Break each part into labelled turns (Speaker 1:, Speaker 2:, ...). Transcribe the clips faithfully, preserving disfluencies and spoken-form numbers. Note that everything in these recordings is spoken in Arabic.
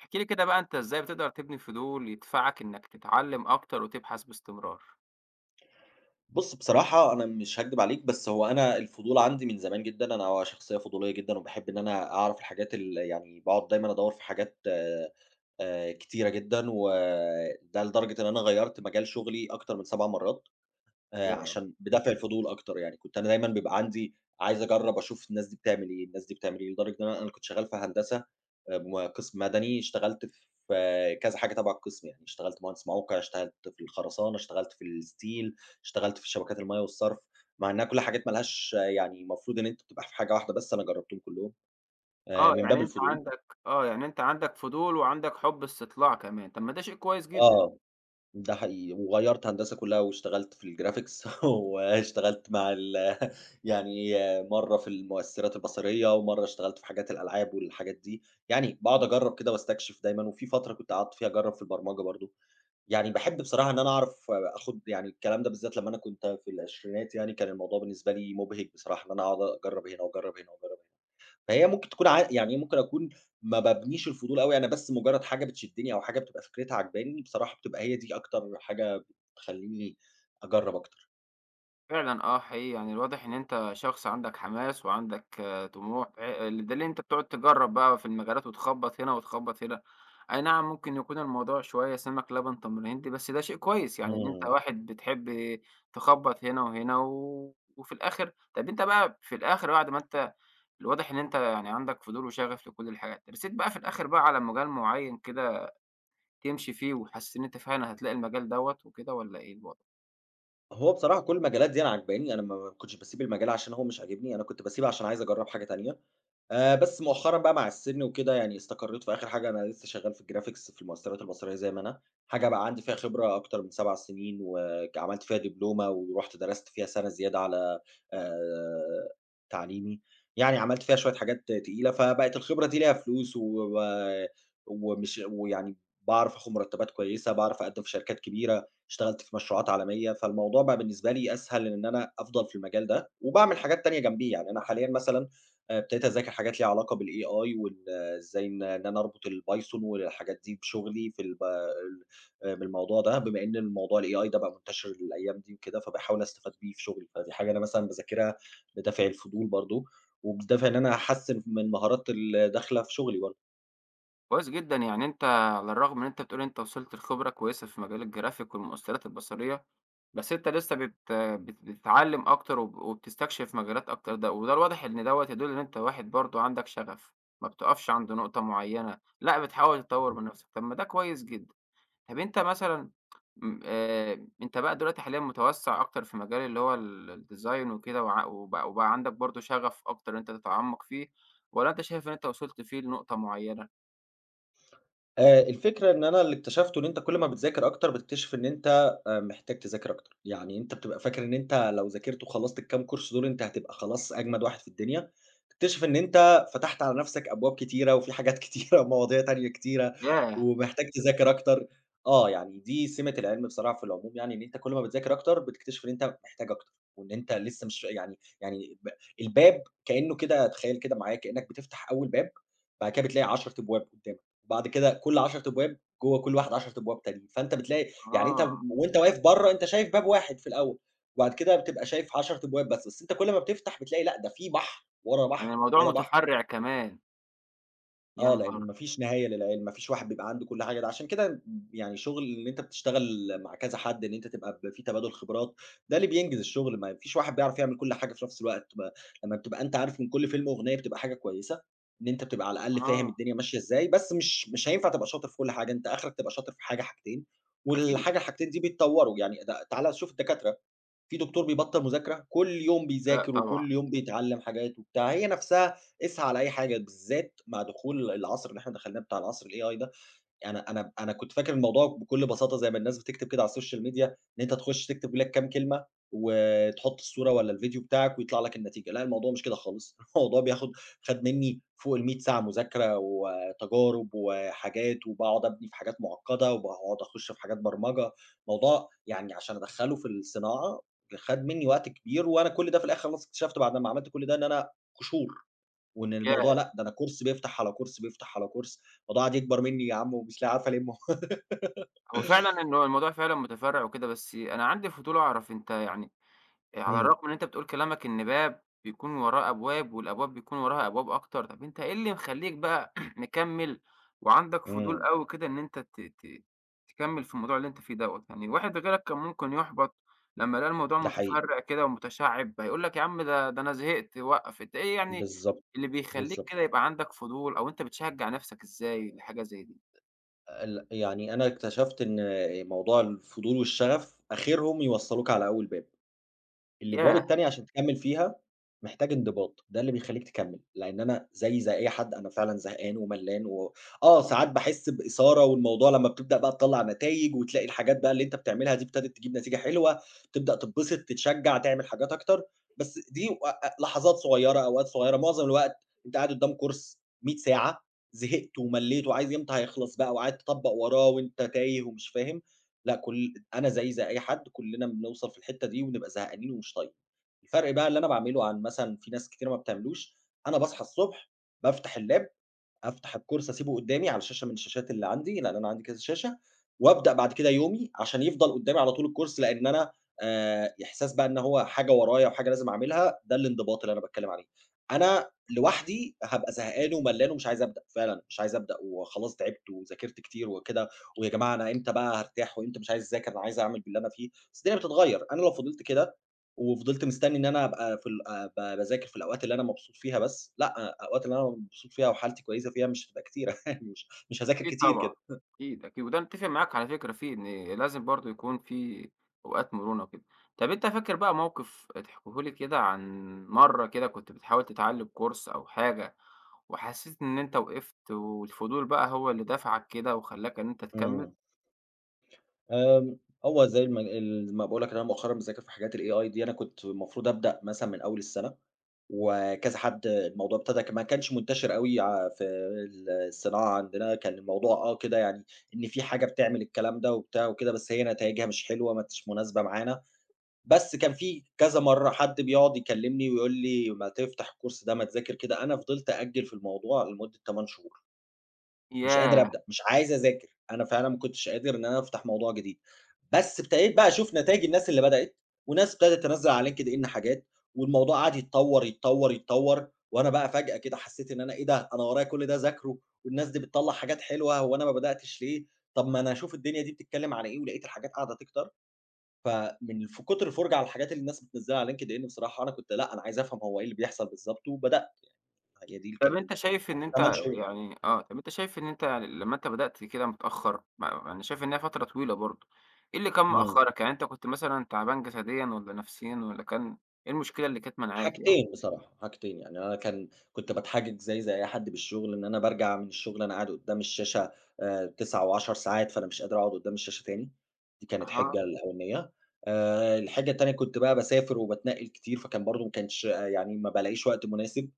Speaker 1: احكِ لي كده بقى أنت إزاي بتقدر تبني فضول يدفعك إنك تتعلم أكتر وتبحث باستمرار؟
Speaker 2: بُص بصراحة أنا مش هاكدب عليك، بس هو أنا الفضول عندي من زمان جدًا، أنا شخصية فضولية جدًا وباحب إن أنا أعرف الحاجات ال يعني باقعد دايمًا أدوّر في حاجات آآ كتيرة جدًا، وده لدرجة إن أنا غيّرت مجال شغلي أكتر من سبع مرات. آآ
Speaker 1: ياه!
Speaker 2: عشان بدافع الفضول أكتر يعني، كنت أنا دايمًا بيبقى عندي عايز أجرّب أشوف الناس دي بتعمل إيه، الناس دي بتعمل إيه، لدرجة إن أنا أنا كنت شغال في هندسة آآ م قسم مدني، اشتغلت في آه، كذا حاجة تبع القسم يعني، اشتغلت مهندس موقع، اشتغلت في الخرسانة، اشتغلت في الستيل، اشتغلت في شبكات المَيَّة والصرف، مع إنها كلّها حاجات ما لهاش يعني المفروض إن أنت بتبقى في حاجة واحدة بس، أنا جرّبتهم كلّهم آآ
Speaker 1: آه،
Speaker 2: من باب
Speaker 1: يعني أنت
Speaker 2: الفضول.
Speaker 1: عندك آه، يعني أنت عندك فضول وعندك حُب استطلاع كمان، طب ما ده شيء كويس جدًا.
Speaker 2: آه. ده حقيقي، وغيّرت هندسة كلّها واشتغلت في الgraphics واشتغلت مع ال يعني مرّة في المؤثّرات البصرية، ومرّة اشتغلت في حاجات الألعاب والحاجات دي، يعني باقعد أجرّب كده واستكشف دايمًا، وفي فترة كنت قعدت فيها أجرّب في البرمجة برضه، يعني باحب بصراحة إن أنا أعرف آخُد يعني الكلام ده بالذات لمّا أنا كنت في العشرينات يعني، كان الموضوع بالنسبة لي مُبهِج بصراحة إن أنا أقعد أجرّب هنا وأجرّب هنا وأجرّب هنا. فهي ممكن تكون ع يعني إيه ممكن أكون ما بابنيش الفضول أوي، أنا بس مجرد حاجة بتشدّني أو حاجة بتبقى فكرتها عاجباني، بصراحة بتبقى هي دي أكتر حاجة بتخلّيني أجرّب أكتر.
Speaker 1: فعلًا آه حقيقي، يعني الواضح إن أنت شخص عندك حماس وعندك آه، طموح، آآ، بدليل إن أنت بتقعد تجرّب بقى في المجالات وتخبّط هنا وتخبّط هنا، أي نعم ممكن يكون الموضوع شوية سمَك لبن تمر هندي، بس ده شيء كويس، يعني إن أنت
Speaker 2: إمم.
Speaker 1: واحد بتحب تخبّط هنا وهنا و وفي الآخر، طَب أنت بقى في الآخر بعد ما أنت الواضح إن أنت يعني عندك فضول وشغف لكل الحاجات، رسيت بقى في الآخر بقى على مجال معيّن كده تمشي فيه وحسيت إن أنت فعلًا هتلاقي المجال دوّة وكده والّا إيه الوضع؟
Speaker 2: هو بصراحة كل المجالات دي أنا عاجباني، أنا ما ما كنتش باسيب المجال عشان هو مش عاجبني، أنا كنت باسيبه عشان عايز أجرّب حاجة تانية. آآ، بس مؤخرًا بقى مع السِن وكده يعني استقريت في آخر حاجة أنا لسه شغّال في الgraphics في المؤثرات البصرية زي ما أنا، حاجة بقى عندي فيها خبرة أكتر من سبعة سنين وك عملت فيها دبلومة ورُحت درست فيها سَنة زيادة على آآ، تعليمي، يعني عملت فيها شوية حاجات تقيلة، فبقت الخبرة دي ليها فلوس و ومش ويعني باعرف آخُد مُرتّبات كويسة، باعرف أقدّم في شركات كبيرة، اشتغلت في مشروعات عالمية، فالموضوع بقى بالنسبة لي أسهل إن أنا أفضل في المجال ده وباعمل حاجات تانية جنبيه، يعني أنا حاليًا مثلًا آآ ابتديت أذاكر حاجات ليها علاقة بالAI وال إزاي إن إن أنا أربط الPython والحاجات دي بشغلي في الب ال آآ بالموضوع ده، بما إن الموضوع الAI ده بقى منتشر الأيام دي وكده، فباحاول أستفاد بيه في شغلي، فدي حاجة أنا مثلًا باذاكرها بدافع الفضول برضه، وبدافع إن أنا أحسّن من مهارات اللي داخلة في شغلي برضه.
Speaker 1: كويس جدًا، يعني أنت على الرغم إن أنت بتقول أنت وصلت لخبرة كويسة في مجال الجرافيك والمؤثرات البصرية، بس أنت لسه بت بت بتتعلم أكتر وب وبتستكشف مجالات أكتر، ده وده الواضح إن دوّة يدل إن أنت واحد برضه عندك شغف، ما بتقفش عند نقطة معيّنة، لأ بتحاول تطوّر من نفسك، طب ما ده كويس جدًا. طب أنت مثلًا، م آآ، أنت بقى دلوقتي حاليًا متوسّع أكتر في مجال اللي هو ال الdesign وكده، وع وبقى وبقى عندك برضه شغف أكتر إن أنت تتعمق فيه، والّا أنت شايف إن أنت وصلت فيه لنقطة معيّنة؟
Speaker 2: آآ الفكرة إن أنا اللي اكتشفته إن أنت كل ما بتذاكر أكتر، بتكتشف إن أنت آآ محتاج تذاكر أكتر، يعني أنت بتبقى فاكر إن أنت لو ذاكرت وخلصت الكام كورس دول أنت هتبقى خلاص أجمد واحد في الدنيا، تكتشف إن أنت فتحت على نفسك أبواب كتيرة، وفي حاجات كتيرة ومواضيع تانية كتيرة،
Speaker 1: ياه!
Speaker 2: ومحتاج تذاكر أكتر. آه، يعني دي سمة العلم بصراحة في العموم يعني، إن أنت كل ما بتذاكر أكتر، بتكتشف إن أنت محتاج أكتر، وإن أنت لسه مش يعني يعني ب الباب كأنه كده تخيل كده معايا كأنك بتفتح أول باب، بعد كده بتلاقي عشرة أبواب قدامك. وبعد كده كل عشر أبواب جوّه كل واحدة عشر أبواب تانيين، فأنت بتلاقي يعني أنت
Speaker 1: آه،
Speaker 2: وأنت واقف برّه أنت شايف باب واحد في الأول، وبعد كده بتبقى شايف عشرة أبواب بس، بس أنت كل ما بتفتح بتلاقي لأ، ده في بحر ورا
Speaker 1: يعني
Speaker 2: بحر
Speaker 1: الموضوع
Speaker 2: ورا بحر.
Speaker 1: متفرّع كمان، يا
Speaker 2: آه،
Speaker 1: نهار!
Speaker 2: لإن ما فيش نهاية للعلم، ما فيش واحد بيبقى عنده كل حاجة، ده عشان كده يعني شغل إن أنت بتشتغل مع كذا حد، إن أنت تبقى ب في تبادل خبرات، ده اللي بينجز الشغل، ما فيش واحد بيعرف يعمل كل حاجة في نفس الوقت، ما لمّا بتبقى أنت عارف من كل فيلم أغنية بتبقى حاجة كويسة، إن أنت بتبقى على الأقل فاهم
Speaker 1: آه،
Speaker 2: الدنيا ماشية إزاي، بس مش مش هينفع تبقى شاطر في كل حاجة، أنت آخرك تبقى شاطر في حاجة، حاجتين،
Speaker 1: أكيد،
Speaker 2: والحاجة الحاجتين دي بيتطوروا، يعني ده تعالَ شوف الدكاترة. في دكتور بيبطّل مذاكرة، كل يوم
Speaker 1: لأ
Speaker 2: بيذاكر
Speaker 1: طبعًا،
Speaker 2: وكل يوم بيتعلّم حاجات وبتاع، هي نَفْسها اسعى لأي حاجة بالذات مع دخول العصر اللي إحنا دخلناه بتاع العصر الAI ده، أنا أنا أنا كنت فاكر الموضوع بكل بساطة زي ما الناس بتكتب كده على السوشيال ميديا، إن أنت تخش تكتب لك كام كلمة وتحط الصورة والّا الفيديو بتاعك ويطلع لك النتيجة، لأ الموضوع مش كده خالص، الموضوع بياخد خَد منّي فوق ال100 ساعة مذاكرة وتجارب وحاجات، وباقعد أبني في حاجات مُعقّدة، وباقعد أخش في حاجات برمجة، موضوع يعني عشان أدخّله في الصناعة خَد منّي وقت كبير، وأنا كل ده في الآخر خلاص اكتشفت بعد ما عملت كل ده إن أنا شهور. وإن الموضوع
Speaker 1: ياه!
Speaker 2: لأ، ده أنا كورس بيفتح على كورس، بيفتح على كورس، الموضوع قعد يكبر منّي يا عم ومش لا عارف ألِمّه.
Speaker 1: هو فعلًا إن هو الموضوع فعلًا متفرّع وكده، بس أنا عندي فضول أعرف أنت يعني، آآ على
Speaker 2: إمم،
Speaker 1: الرغم إن أنت بتقول كلامك إن باب بيكون وراه أبواب، والأبواب بيكون وراها أبواب أكتر، طَب أنت إيه اللي مخلّيك بقى مكمّل وعندك فضول
Speaker 2: إمم،
Speaker 1: أوي كده إن أنت ت ت تكمّل في الموضوع اللي أنت فيه دوّة؟ يعني واحد غيرك كان ممكن يُحبط لمّا لقى الموضوع
Speaker 2: ده حقيقي.
Speaker 1: متفرّع كده ومتشعّب، هيقول لك يا عم، ده ده أنا زهقت، وقّف. أنت إيه يعني
Speaker 2: بالضبط،
Speaker 1: اللي بيخلّيك
Speaker 2: بالضبط.
Speaker 1: كده يبقى عندك فضول أو أنت بتشجّع نَفْسك إزاي لحاجة زي دي؟
Speaker 2: ال يعني أنا اكتشفت إن موضوع الفضول والشغف آخرهم يوصّلوك على أول باب. الأبواب
Speaker 1: ياه!
Speaker 2: التانية عشان تكمّل فيها، محتاج انضباط، ده اللي بيخلّيك تكمّل، لإن أنا زيي زي أي حد أنا فعلًا زهقان وملّان و آه، ساعات باحس بإثارة والموضوع لمّا بتبدأ بقى تطلّع نتايج وتلاقي الحاجات بقى اللي أنت بتعملها دي ابتدت تجيب نتيجة حلوة، تبدأ تتبسط، تتشجّع، تعمل حاجات أكتر، بس دي و أ لحظات صغيّرة، أوقات صغيّرة، معظم الوقت أنت قاعد قدّام كورس مية ساعة، زهقت وملّيت وعايز إمتى هيخلص بقى وقاعد تطبّق وراه وأنت تايه ومش فاهم. لأ كل أنا زيي زي أي حد، كلّنا بنوصل في الحتّة دي وبنبقى زهقانين ومش طايقين. الفرق بقى اللي أنا باعمله عن مثلًا في ناس كتيرة ما بتعملوش، أنا باصحى الصبح بافتح اللاب أفتح الكورس أسيبه قدّامي على شاشة من الشاشات اللي عندي، لإن أنا عندي كذا شاشة، وأبدأ بعد كده يومي عشان يفضل قدّامي على طول الكورس، لإن أنا آآ إحساس بقى إن هو حاجة ورايا وحاجة لازم أعملها، ده الانضباط اللي أنا باتكلّم عليه. أنا لوحدي هابقى زهقان وملّان ومش عايز أبدأ، فعلًا مش عايز أبدأ وخلاص تعبت وذاكرت كتير وكده، ويا جماعة أنا إمتى بقى هارتاح وإمتى مش عايز أذاكر، أنا عايز أعمل باللي أنا فيه، بس الدنيا بتتغيّر. أنا لو فضلت كده وفضلت مستني إن أنا أبقى في ال أبقى باذاكر في الأوقات اللي أنا مبسوط فيها بس، لأ، الأوقات اللي أنا مبسوط فيها وحالتي كويسة فيها مش هتبقى كتيرة يعني مش مش هاذاكر
Speaker 1: أكيد
Speaker 2: كتير
Speaker 1: طبعًا،
Speaker 2: كده.
Speaker 1: أكيد، أكيد، وده أنا متّفق معاك على فكرة فيه، إن لازم برضه يكون في أوقات مرونة وكده. طَب أنت فاكر بقى موقف تحكيه لي كده عن مرّة كده كنت بتحاول تتعلّم كورس أو حاجة، وحسيت إن أنت وقفت والفضول بقى هو اللي دفعك كده وخلّاك إن أنت تكمّل؟
Speaker 2: إمم. آمم، هو زي الم ال ما باقول لك إن أنا مؤخرًا باذاكر في حاجات الAI دي، أنا كنت المفروض أبدأ مثلًا من أول السنة، وكذا حد الموضوع ابتدى ك ما كانش منتشر أوي ع في ال الصناعة عندنا، كان الموضوع آه كده يعني إن في حاجة بتعمل الكلام ده وبتاع وكده، بس هي نتايجها مش حلوة، ما كانتش مناسبة معانا. بس كان في كذا مرّة حد بيقعد يكلّمني ويقول لي: "ما تفتح الكورس ده، ما تذاكر كده." أنا فضلت أأجّل في الموضوع لمدة تمانية شهور، مش قادر
Speaker 1: ياه!
Speaker 2: أبدأ، مش عايز أذاكر، أنا فعلًا ما كنتش قادر إن أنا أفتح موضوع جديد. بس ابتديت بقى أشوف نتايج الناس اللي بدأت، وناس ابتدت تنزّل على LinkedIn حاجات، والموضوع قعد يتطوّر، يتطوّر، يتطوّر، وأنا بقى فجأة كده حسّيت إن أنا إيه ده، أنا ورايا كل ده أذاكره، والناس دي بتطلّع حاجات حلوة، هو أنا ما بدأتش ليه؟ طب ما أنا أشوف الدنيا دي بتتكلّم على إيه، ولقيت الحاجات قاعدة تكتر. فمن ف كتر الفرجة على الحاجات اللي الناس بتنزّلها على LinkedIn بصراحة أنا كنت لأ، أنا عايز أفهم هو إيه اللي بيحصل بالضبط، وبدأت هي دي اللي
Speaker 1: طب
Speaker 2: كانت
Speaker 1: أنت شايف إن أنت
Speaker 2: تمن شهور.
Speaker 1: يعني آه، طب أنت شايف إن أنت يعني لمّا أنت بدأت كده متأخّر، ما أنا شايف إن هي فترة طويلة برضه، إيه اللي كان
Speaker 2: إمم.
Speaker 1: مأخّرك؟ يعني أنت كنت مثلًا تعبان جسديًا والّا نفسيًا والّا كان إيه المشكلة اللي كانت مانعاك يعني؟
Speaker 2: حاجتين بصراحة، حاجتين، يعني أنا كان كنت باتحجج زيي زي أي حد بالشغل، إن أنا بارجع من الشغل أنا قاعد قدّام الشاشة آآ تسعة و10 ساعات، فأنا مش قادر أقعد قدّام الشاشة تاني، دي كانت
Speaker 1: أها،
Speaker 2: حِجّة الأولانية. آآ الحِجّة التانية كنت بقى باسافر وباتنقّل كتير، فكان برضه ما كانش آه، يعني ما بالاقيش وقت مناسب.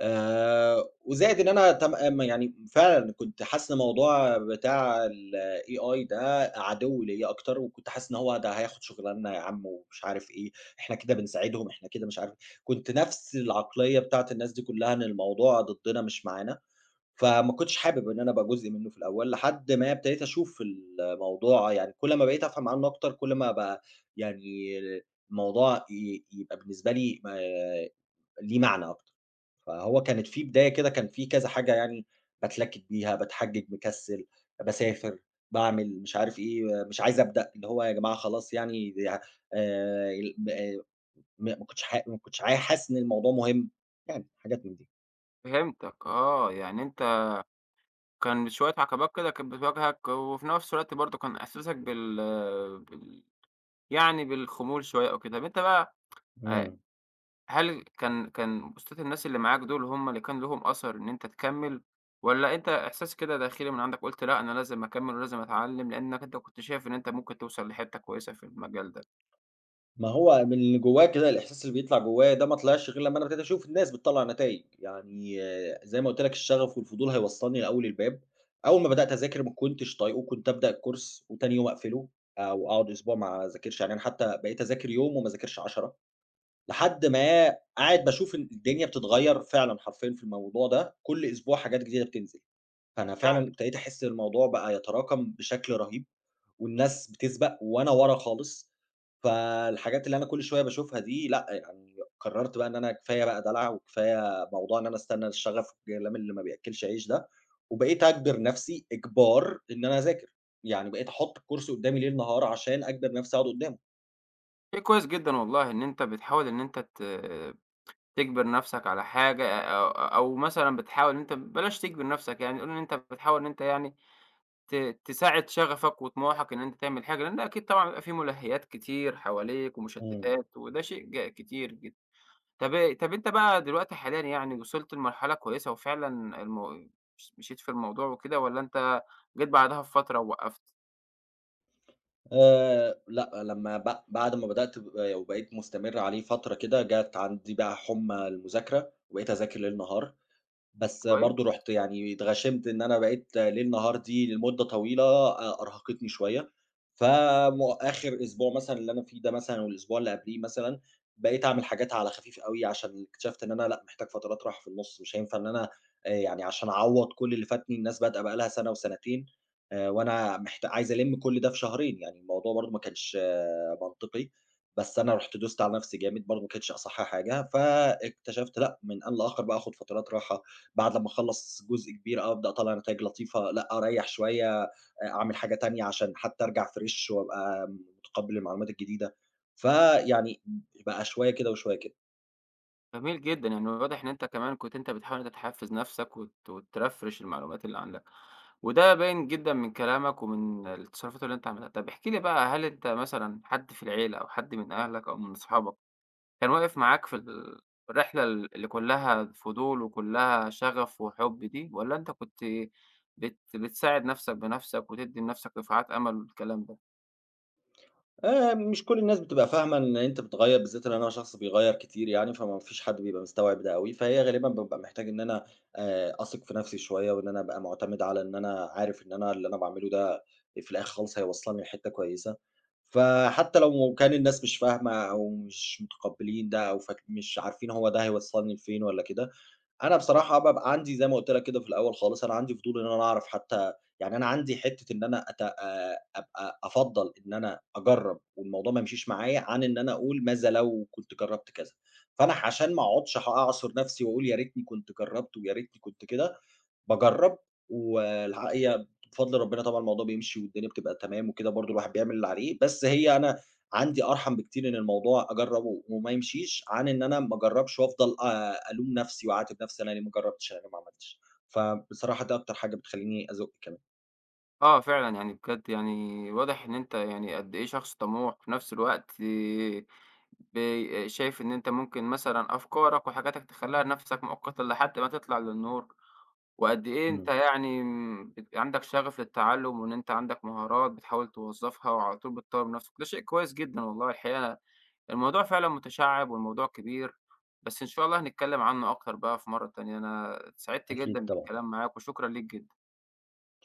Speaker 2: آآ وزائد إن أنا تم آمم يعني فعلًا كنت حاسس إن الموضوع بتاع الAI ده عدو ليّا أكتر، وكنت حاسس إن هو ده هياخد شُغلاننا يا عم ومش عارف إيه، إحنا كده بنساعدهم، إحنا كده مش عارف إيه. كنت نفس العقلية بتاعة الناس دي كلّها إن الموضوع ضدنا مش معانا، فما كنتش حابب إن أنا أبقى جزء منّه في الأول، لحد ما ابتديت أشوف الموضوع يعني كل ما بقيت أفهم عنّه أكتر، كل ما بقى يعني الموضوع ي يبقى بالنسبة لي آآ ليه معنى أكتر. فهو كانت في بداية كده كان في كذا حاجة يعني باتلكك بيها، باتحجج، مكسل، باسافر، باعمل، مش عارف إيه، مش عايز أبدأ، اللي هو يا جماعة خلاص يعني دي ه آآ ال ب ما ما كنتش ح ما كنتش ع حاسس إن الموضوع مهم، يعني حاجات من دي.
Speaker 1: فهمتك، آه، يعني أنت كان شوية عقبات كده كانت بتواجهك وفي نفس الوقت برضه كان إحساسك بال بال يعني بالخمول شوية أو كده، طب أنت بقى آآ
Speaker 2: إمم.
Speaker 1: هل كان كان بوستات الناس اللي معاك دول هم اللي كان لهم أثر إن أنت تكمّل، والّا أنت إحساس كده داخلي من عندك قُلت لأ أنا لازم أكمّل ولازم أتعلّم، لإنّك أنت كنت شايف إن أنت ممكن توصل لحتّة كويسة في المجال ده؟
Speaker 2: ما هو من اللي جوّاه كده، الإحساس اللي بيطلع جوّاه ده ما طلعش غير لمّا أنا ابتديت أشوف الناس بتطلّع نتايج، يعني آه، زي ما قُلت لك الشغف والفضول هيوصّلني لأول الباب، أول ما بدأت أذاكر ما كنتش طايقه، كنت أبدأ الcourse وتاني يوم أقفله أو أقعد أسبوع ما أذاكرش، يعني أنا حتى بقيت أذاكر يوم وما أذاكرش عشرة لحد ما قاعد باشوف ال الدنيا بتتغيّر فعلًا حرفيًا في الموضوع ده، كل أسبوع حاجات جديدة بتنزل، فأنا فعلًا
Speaker 1: فعلًا.
Speaker 2: ابتديت أحس ان الموضوع بقى يتراكم بشكل رهيب والناس بتسبق وأنا ورا خالص، فالحاجات اللي أنا كل شوية باشوفها دي لأ، يعني قررت بقى إن أنا كفاية بقى دلع وكفاية موضوع إن أنا أستنى الشغف الكلام اللي ما بيأكلش عيش ده، وبقيت أجبر نفسي إجبار إن أنا أذاكر، يعني بقيت أحط الكورس قدامي ليل نهار عشان أجبر نفسي أقعد قدامه.
Speaker 1: شيء كويس جدًا والله إن أنت بتحاول إن أنت ت تجبر نَفْسك على حاجة، أ أ أو مثلًا بتحاول إن أنت بلاش تجبر نَفْسك يعني، قُل إن أنت بتحاول إن أنت يعني ت تساعد شغفك وطموحك إن أنت تعمل حاجة، لإن أكيد طبعًا بيبقى في ملهيات كتير حواليك
Speaker 2: إمم.
Speaker 1: ومشتّتات وده شيء ج كتير جدًا. طب إيه، طب أنت بقى دلوقتي حاليًا يعني وصلت لمرحلة كويسة وفعلًا المو مش مشيت في الموضوع وكده، والّا أنت جيت بعدها بفترة ووقّفت؟
Speaker 2: آآ، لأ، لمّا ب بعد ما بدأت ب وبقيت مستمر عليه فترة كده، جات عندي بقى حُمّى المذاكرة، وبقيت أذاكر ليل نهار. بس برضه
Speaker 1: كويس،
Speaker 2: رُحت يعني اتغشِمت إن أنا بقيت ليل نهار دي لمدة طويلة أ أرهقتني شوية، فم آخر أسبوع مثلًا اللي أنا فيه ده مثلًا والأسبوع اللي قبليه مثلًا، بقيت أعمل حاجات على خفيف أوي عشان اكتشفت إن أنا لأ، محتاج فترات راحة في النُص، مش هينفع إن أنا آآ يعني عشان أعوّض كل اللي فاتني، الناس بادئة بقى لها سَنة وسَنتين آآ وأنا محت عايز ألِم كل ده في شهرين، يعني الموضوع برضه ما كانش آه، منطقي، بس أنا رُحت دوست على نَفْسي جامد برضه ما كانتش أصح حاجة، فاكتشفت لأ، من آن لآخر بقى آخُد فترات راحة بعد لمّا أخلّص جزء كبير أوي أبدأ أطلّع نتايج لطيفة، لأ أريّح شوية، آآ أعمل حاجة تانية عشان حتى أرجع فريش وأبقى متقبّل المعلومات الجديدة، فيعني بقى شوية كده وشوية كده.
Speaker 1: جميل جدًا، يعني واضح إن أنت كمان كنت أنت بتحاول إن أنت تحفّز نَفْسك وت وترفرش المعلومات اللي عندك، وده باين جدًا من كلامك ومن التصرفات اللي أنت عملتها. طب احكِ لي بقى هل أنت مثلًا حد في العيلة أو حد من أهلك أو من أصحابك كان واقف معاك في ال الرحلة ال اللي كلّها فضول وكلّها شغف وحُب دي، والّا أنت كنت بت بتساعد نَفْسك بنَفْسك وتدّي لنَفْسك دفعات أمل والكلام ده؟
Speaker 2: آآ، مش كل الناس بتبقى فاهمة إن أنت بتغيّر بالذات إن أنا شخص بيغيّر كتير يعني، فما فيش حد بيبقى مستوعب ده أوي، فهي غالبًا بابقى محتاج إن أنا آآ، أثق في نفسي شوية، وإن أنا أبقى معتمد على إن أنا عارف إن أنا اللي أنا باعمله ده في الآخر خالص هيوصّلني لحتّة كويسة، فحتى لو كان الناس مش فاهمة أو مش متقبّلين ده أو فاك مش عارفين هو ده هيوصّلني لفين والّا كده، أنا بصراحة بابقى عندي زي ما قُلت لك كده في الأول خالص، أنا عندي فضول إن أنا أعرف حتى يعني أنا عندي حتّة إن أنا أت آآ أبقى أفضّل إن أنا أجرّب والموضوع ما يمشيش معايا، عن إن أنا أقول ماذا لو كنت جرّبت كذا، فأنا عشان ما أقعدش ح أعصُر نَفْسي وأقول يا ريتني كنت جرّبت ويا ريتني كنت كده، باجرّب والحقيقة بفضل ربنا طبعًا الموضوع بيمشي والدنيا بتبقى تمام وكده برضه الواحد بيعمل اللي عليه، بس هي أنا عندي أرحم بكتير إن الموضوع أجرّبه وما يمشيش، عن إن أنا ما أجرّبش وأفضل آآ ألوم نفسي وأعاتب نفسي أنا ليه ما جرّبتش، أنا ليه ما عملتش، فبصراحة ده أكتر حاجة بتخلّيني أزُق كمان.
Speaker 1: آه فعلًا، يعني بجد يعني واضح إن أنت يعني قد إيه شخص طموح، في نَفْس الوقت بي شايف إن أنت ممكن مثلًا أفكارك وحاجاتك تخلّيها لنَفْسك مؤقتًا لحد ما تطلع للنور. وقد إيه أنت
Speaker 2: إمم،
Speaker 1: يعني م بيبقى عندك شغف للتعلُّم وإن أنت عندك مهارات بتحاول توظّفها وعلى طول بتطوّر من نَفْسك، ده شيء كويس جدًا والله الحقيقة، الموضوع فعلًا متشعِّب والموضوع كبير، بس إن شاء الله هنتكلّم عنه أكتر بقى في مرّة تانية، أنا سعدت جدًا
Speaker 2: أكيد طبعًا.
Speaker 1: بالكلام معاك وشكرًا ليك جدًا.